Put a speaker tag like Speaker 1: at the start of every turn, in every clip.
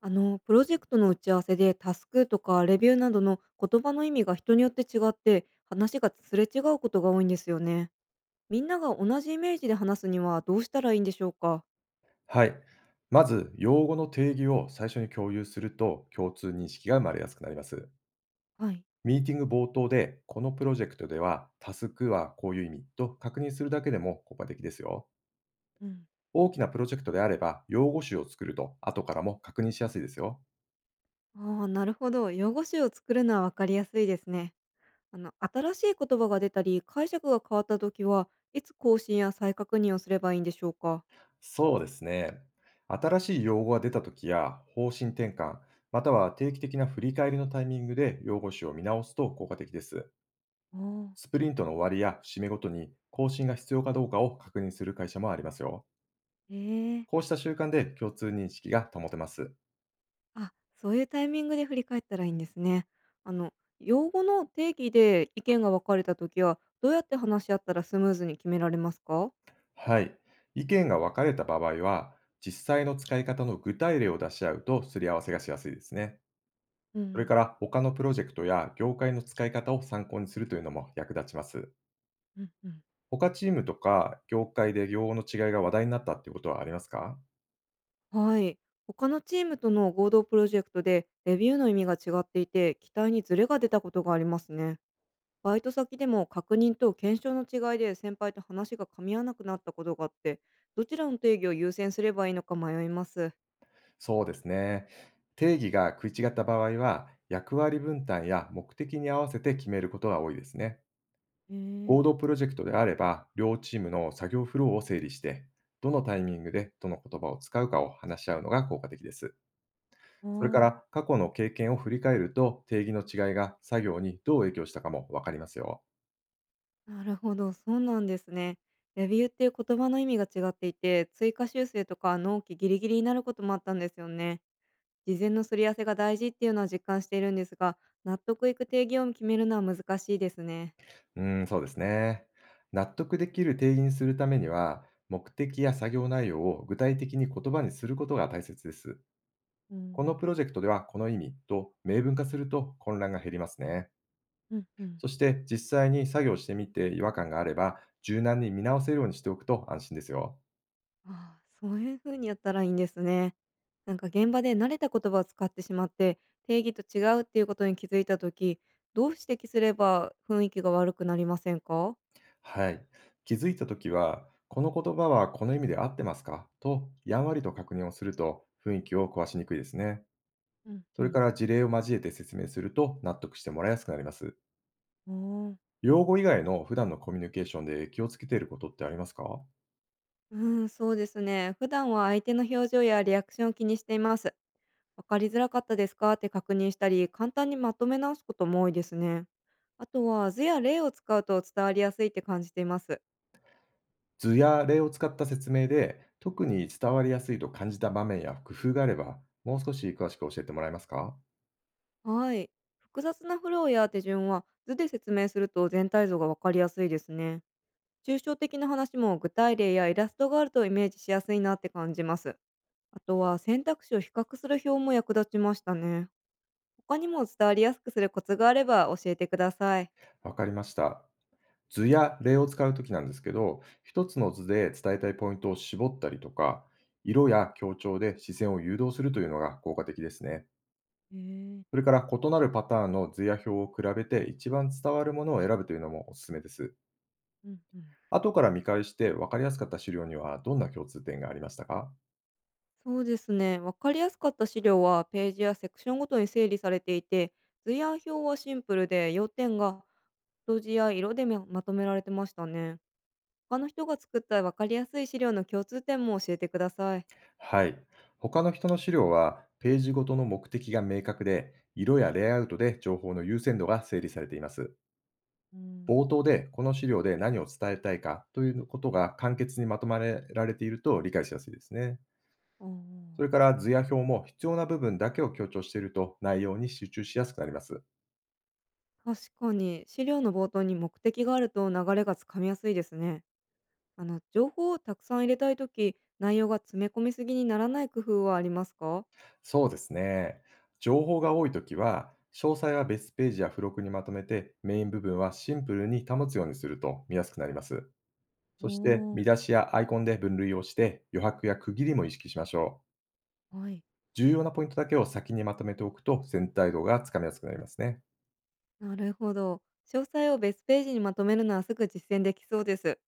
Speaker 1: プロジェクトの打ち合わせでタスクとかレビューなどの言葉の意味が人によって違って話がすれ違うことが多いんですよね。みんなが同じイメージで話すにはどうしたらいいんでしょうか？
Speaker 2: はい。まず、用語の定義を最初に共有すると、共通認識が生まれやすくなります。
Speaker 1: はい。
Speaker 2: ミーティング冒頭で、このプロジェクトでは、タスクはこういう意味と確認するだけでも効果的ですよ。
Speaker 1: うん。
Speaker 2: 大きなプロジェクトであれば、用語集を作ると、後からも確認しやすいですよ。
Speaker 1: ああ、なるほど。用語集を作るのはわかりやすいですね。新しい言葉が出たり解釈が変わった時はいつ更新や再確認をすればいいんでしょうか？
Speaker 2: そうですね。新しい用語が出たときや、方針転換、または定期的な振り返りのタイミングで用語集を見直すと効果的です。
Speaker 1: ああ、
Speaker 2: スプリントの終わりや節目ごとに更新が必要かどうかを確認する会社もありますよ。
Speaker 1: へえ、
Speaker 2: こうした習慣で共通認識が保てます。
Speaker 1: あ、そういうタイミングで振り返ったらいいんですね。あの、用語の定義で意見が分かれた時は、どうやって話し合ったらスムーズに決められますか？
Speaker 2: はい。意見が分かれた場合は、実際の使い方の具体例を出し合うとすり合わせがしやすいですね。
Speaker 1: う
Speaker 2: それ
Speaker 1: ん、
Speaker 2: から他のプロジェクトや業界の使い方を参考にするというのも役立ちます。
Speaker 1: うん、うん。
Speaker 2: 他チームとか業界で用語の違いが話題になったっていうことはありますか？
Speaker 1: はい。他のチームとの合同プロジェクトでレビューの意味が違っていて、期待にズレが出たことがありますね。バイト先でも確認と検証の違いで先輩と話が噛み合わなくなったことがあって、どちらの定義を優先すればいいのか迷います。
Speaker 2: そうですね。定義が食い違った場合は、役割分担や目的に合わせて決めることが多いですね。
Speaker 1: え
Speaker 2: 合
Speaker 1: え、
Speaker 2: 同プロジェクトであれば、両チームの作業フローを整理して、どのタイミングでどの言葉を使うかを話し合うのが効果的です。
Speaker 1: ああ
Speaker 2: それか
Speaker 1: ー。
Speaker 2: ら、過去の経験を振り返ると、定義の違いが作業にどう影響したかもわかりますよ。
Speaker 1: なるほど、そうなんですね。レビューっていう言葉の意味が違っていて、追加修正とか納期ギリギリになることもあったんですよね。事前のすり合わせが大事っていうのは実感しているんですが、納得いく定義を決めるのは難しいですね。
Speaker 2: うーん、そうですね。納得できる定義にするためには、目的や作業内容を具体的に言葉にすることが大切です。
Speaker 1: う
Speaker 2: この
Speaker 1: ん、
Speaker 2: プロジェクトではこの意味と明文化すると混乱が減りますね。
Speaker 1: うんうん。
Speaker 2: そして実際に作業してみて違和感があれば柔軟に見直せるようにしておくと安心ですよ。
Speaker 1: ああ、そういう風にやったらいいんですね。なんか現場で慣れた言葉を使ってしまって、定義と違うっていうことに気づいたとき、どう指摘すれば雰囲気が悪くなりませんか？
Speaker 2: はい。気づいたときは、この言葉はこの意味で合ってますかとやんわりと確認をすると雰囲気を壊しにくいですね。
Speaker 1: うん、
Speaker 2: それ
Speaker 1: う
Speaker 2: から事例を交えて説明すると納得してもらいやすくなります。
Speaker 1: ん。
Speaker 2: 用語以外の普段のコミュニケーションで気をつけていることってありますか？
Speaker 1: うん、そうですね。普段は相手の表情やリアクションを気にしています。わかりづらかったですかって確認したり、簡単にまとめ直すことも多いですね。あとは図や例を使うと伝わりやすいって感じています。
Speaker 2: 図や例を使った説明で、特に伝わりやすいと感じた場面や工夫があれば、もう少し詳しく教えてもらえますか？
Speaker 1: はい。複雑なフローや手順は図で説明すると全体像がわかりやすいですね。抽象的な話も具体例やイラストがあるとイメージしやすいなって感じます。あとは選択肢を比較する表も役立ちましたね。他にも伝わりやすくするコツがあれば教えてください。
Speaker 2: わかりました。図や例を使うときなんですけど、一つの図で伝えたいポイントを絞ったりとか、色や強調で視線を誘導するというのが効果的ですね。
Speaker 1: へえ、
Speaker 2: それから異なるパターンの図や表を比べて一番伝わるものを選ぶというのもおすすめです。
Speaker 1: うんうん。
Speaker 2: 後から見返して分かりやすかった資料にはどんな共通点がありましたか？
Speaker 1: そうですね。わかりやすかった資料はページやセクションごとに整理されていて、図や表はシンプルで、要点が数字や色でめまとめられてましたね。他の人が作ったわかりやすい資料の共通点も教えてください。
Speaker 2: はい。他の人の資料は、ページごとの目的が明確で、色やレイアウトで情報の優先度が整理されています。
Speaker 1: うん、
Speaker 2: 冒頭で、この資料で何を伝えたいかということが簡潔にまとまられていると理解しやすいですね。
Speaker 1: ああ、
Speaker 2: それから図や表も必要な部分だけを強調していると内容に集中しやすくなります。
Speaker 1: 確かに資料の冒頭に目的があると流れがつかみやすいですね。あの情報をたくさん入れたいとき、内容が詰め込みすぎにならない工夫はありますか？
Speaker 2: そうですね。情報が多いときは、詳細は別ページや付録にまとめて、メイン部分はシンプルに保つようにすると見やすくなります。
Speaker 1: お
Speaker 2: そして
Speaker 1: ー、
Speaker 2: 見出しやアイコンで分類をして余白や区切りも意識しましょう。
Speaker 1: はい、
Speaker 2: 重要なポイントだけを先にまとめておくと全体像がつかみやすくなりますね。
Speaker 1: なるほど。詳細を別ページにまとめるのはすぐ実践できそうです。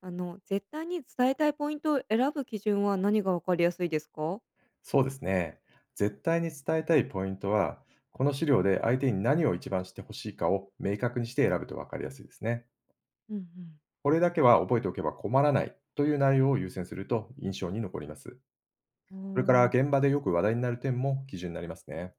Speaker 1: 絶対に伝えたいポイントを選ぶ基準は何がわかりやすいですか？
Speaker 2: そうですね。絶対に伝えたいポイントは、この資料で相手に何を一番してほしいかを明確にして選ぶと分かりやすいですね。
Speaker 1: うんうん。
Speaker 2: これだけは覚えておけば困らないという内容を優先すると印象に残ります。
Speaker 1: お
Speaker 2: それから
Speaker 1: ー、
Speaker 2: 現場でよく話題になる点も基準になりますね。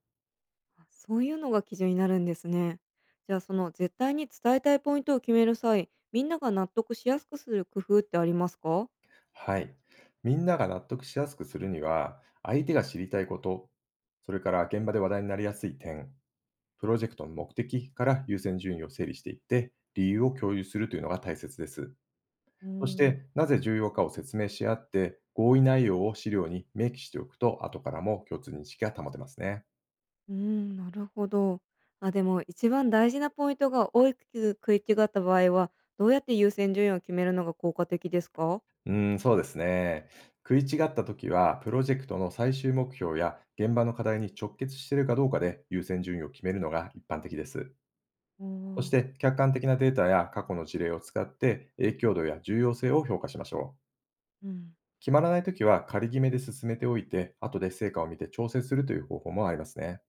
Speaker 1: あ、そういうのが基準になるんですね。じゃあその絶対に伝えたいポイントを決める際、みんなが納得しやすくする工夫ってありますか？
Speaker 2: はい。みんなが納得しやすくするには、相手が知りたいこと、それから現場で話題になりやすい点、プロジェクトの目的から優先順位を整理していって、理由を共有するというのが大切です。
Speaker 1: うー
Speaker 2: そし
Speaker 1: ん、
Speaker 2: て、なぜ重要かを説明し合って、合意内容を資料に明記しておくと、後からも共通認識が保てますね。
Speaker 1: うーん、なるほど。あ、でも一番大事なポイントが大きく食い違った場合は、どうやって優先順位を決めるのが効果的ですか？
Speaker 2: うーん、そうですね。食い違ったときは、プロジェクトの最終目標や現場の課題に直結しているかどうかで優先順位を決めるのが一般的です。
Speaker 1: お
Speaker 2: そし
Speaker 1: ー、
Speaker 2: て、客観的なデータや過去の事例を使って影響度や重要性を評価しましょう。
Speaker 1: うん、
Speaker 2: 決まらないときは仮決めで進めておいて、後で成果を見て調整するという方法もありますね。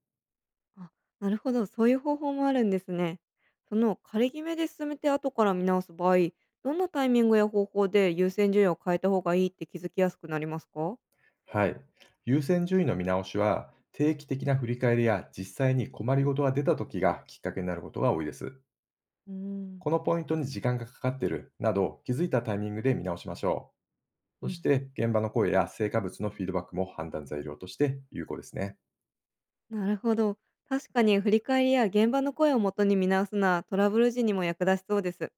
Speaker 1: あ、なるほど、そういう方法もあるんですね。その仮決めで進めて後から見直す場合、どんなタイミングや方法で優先順位を変えた方がいいって気づきやすくなりますか？
Speaker 2: はい。優先順位の見直しは、定期的な振り返りや実際に困りごとが出たときがきっかけになることが多いです。
Speaker 1: うーん、
Speaker 2: このポイントに時間がかかっているなど、気づいたタイミングで見直しましょう。そ
Speaker 1: う
Speaker 2: し
Speaker 1: ん、
Speaker 2: て、現場の声や成果物のフィードバックも判断材料として有効ですね。
Speaker 1: なるほど。確かに振り返りや現場の声をもとに見直すなトラブル時にも役立ちそうです。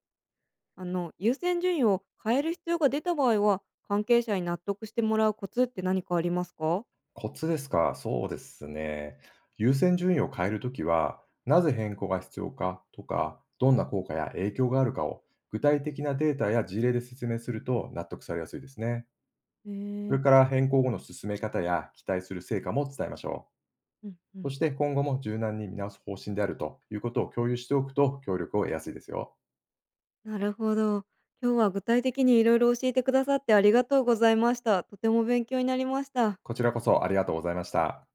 Speaker 1: 優先順位を変える必要が出た場合は、関係者に納得してもらうコツって何かありますか？
Speaker 2: コツですか。そうですね。優先順位を変えるときは、なぜ変更が必要かとか、どんな効果や影響があるかを具体的なデータや事例で説明すると納得されやすいですね。
Speaker 1: へえ
Speaker 2: それ
Speaker 1: ー、
Speaker 2: から変更後の進め方や期待する成果も伝えましょ
Speaker 1: うんう
Speaker 2: う。そ
Speaker 1: ん、
Speaker 2: して今後も柔軟に見直す方針であるということを共有しておくと協力を得やすいですよ。
Speaker 1: なるほど。今日は具体的にいろいろ教えてくださってありがとうございました。とても勉強になりました。
Speaker 2: こちらこそありがとうございました。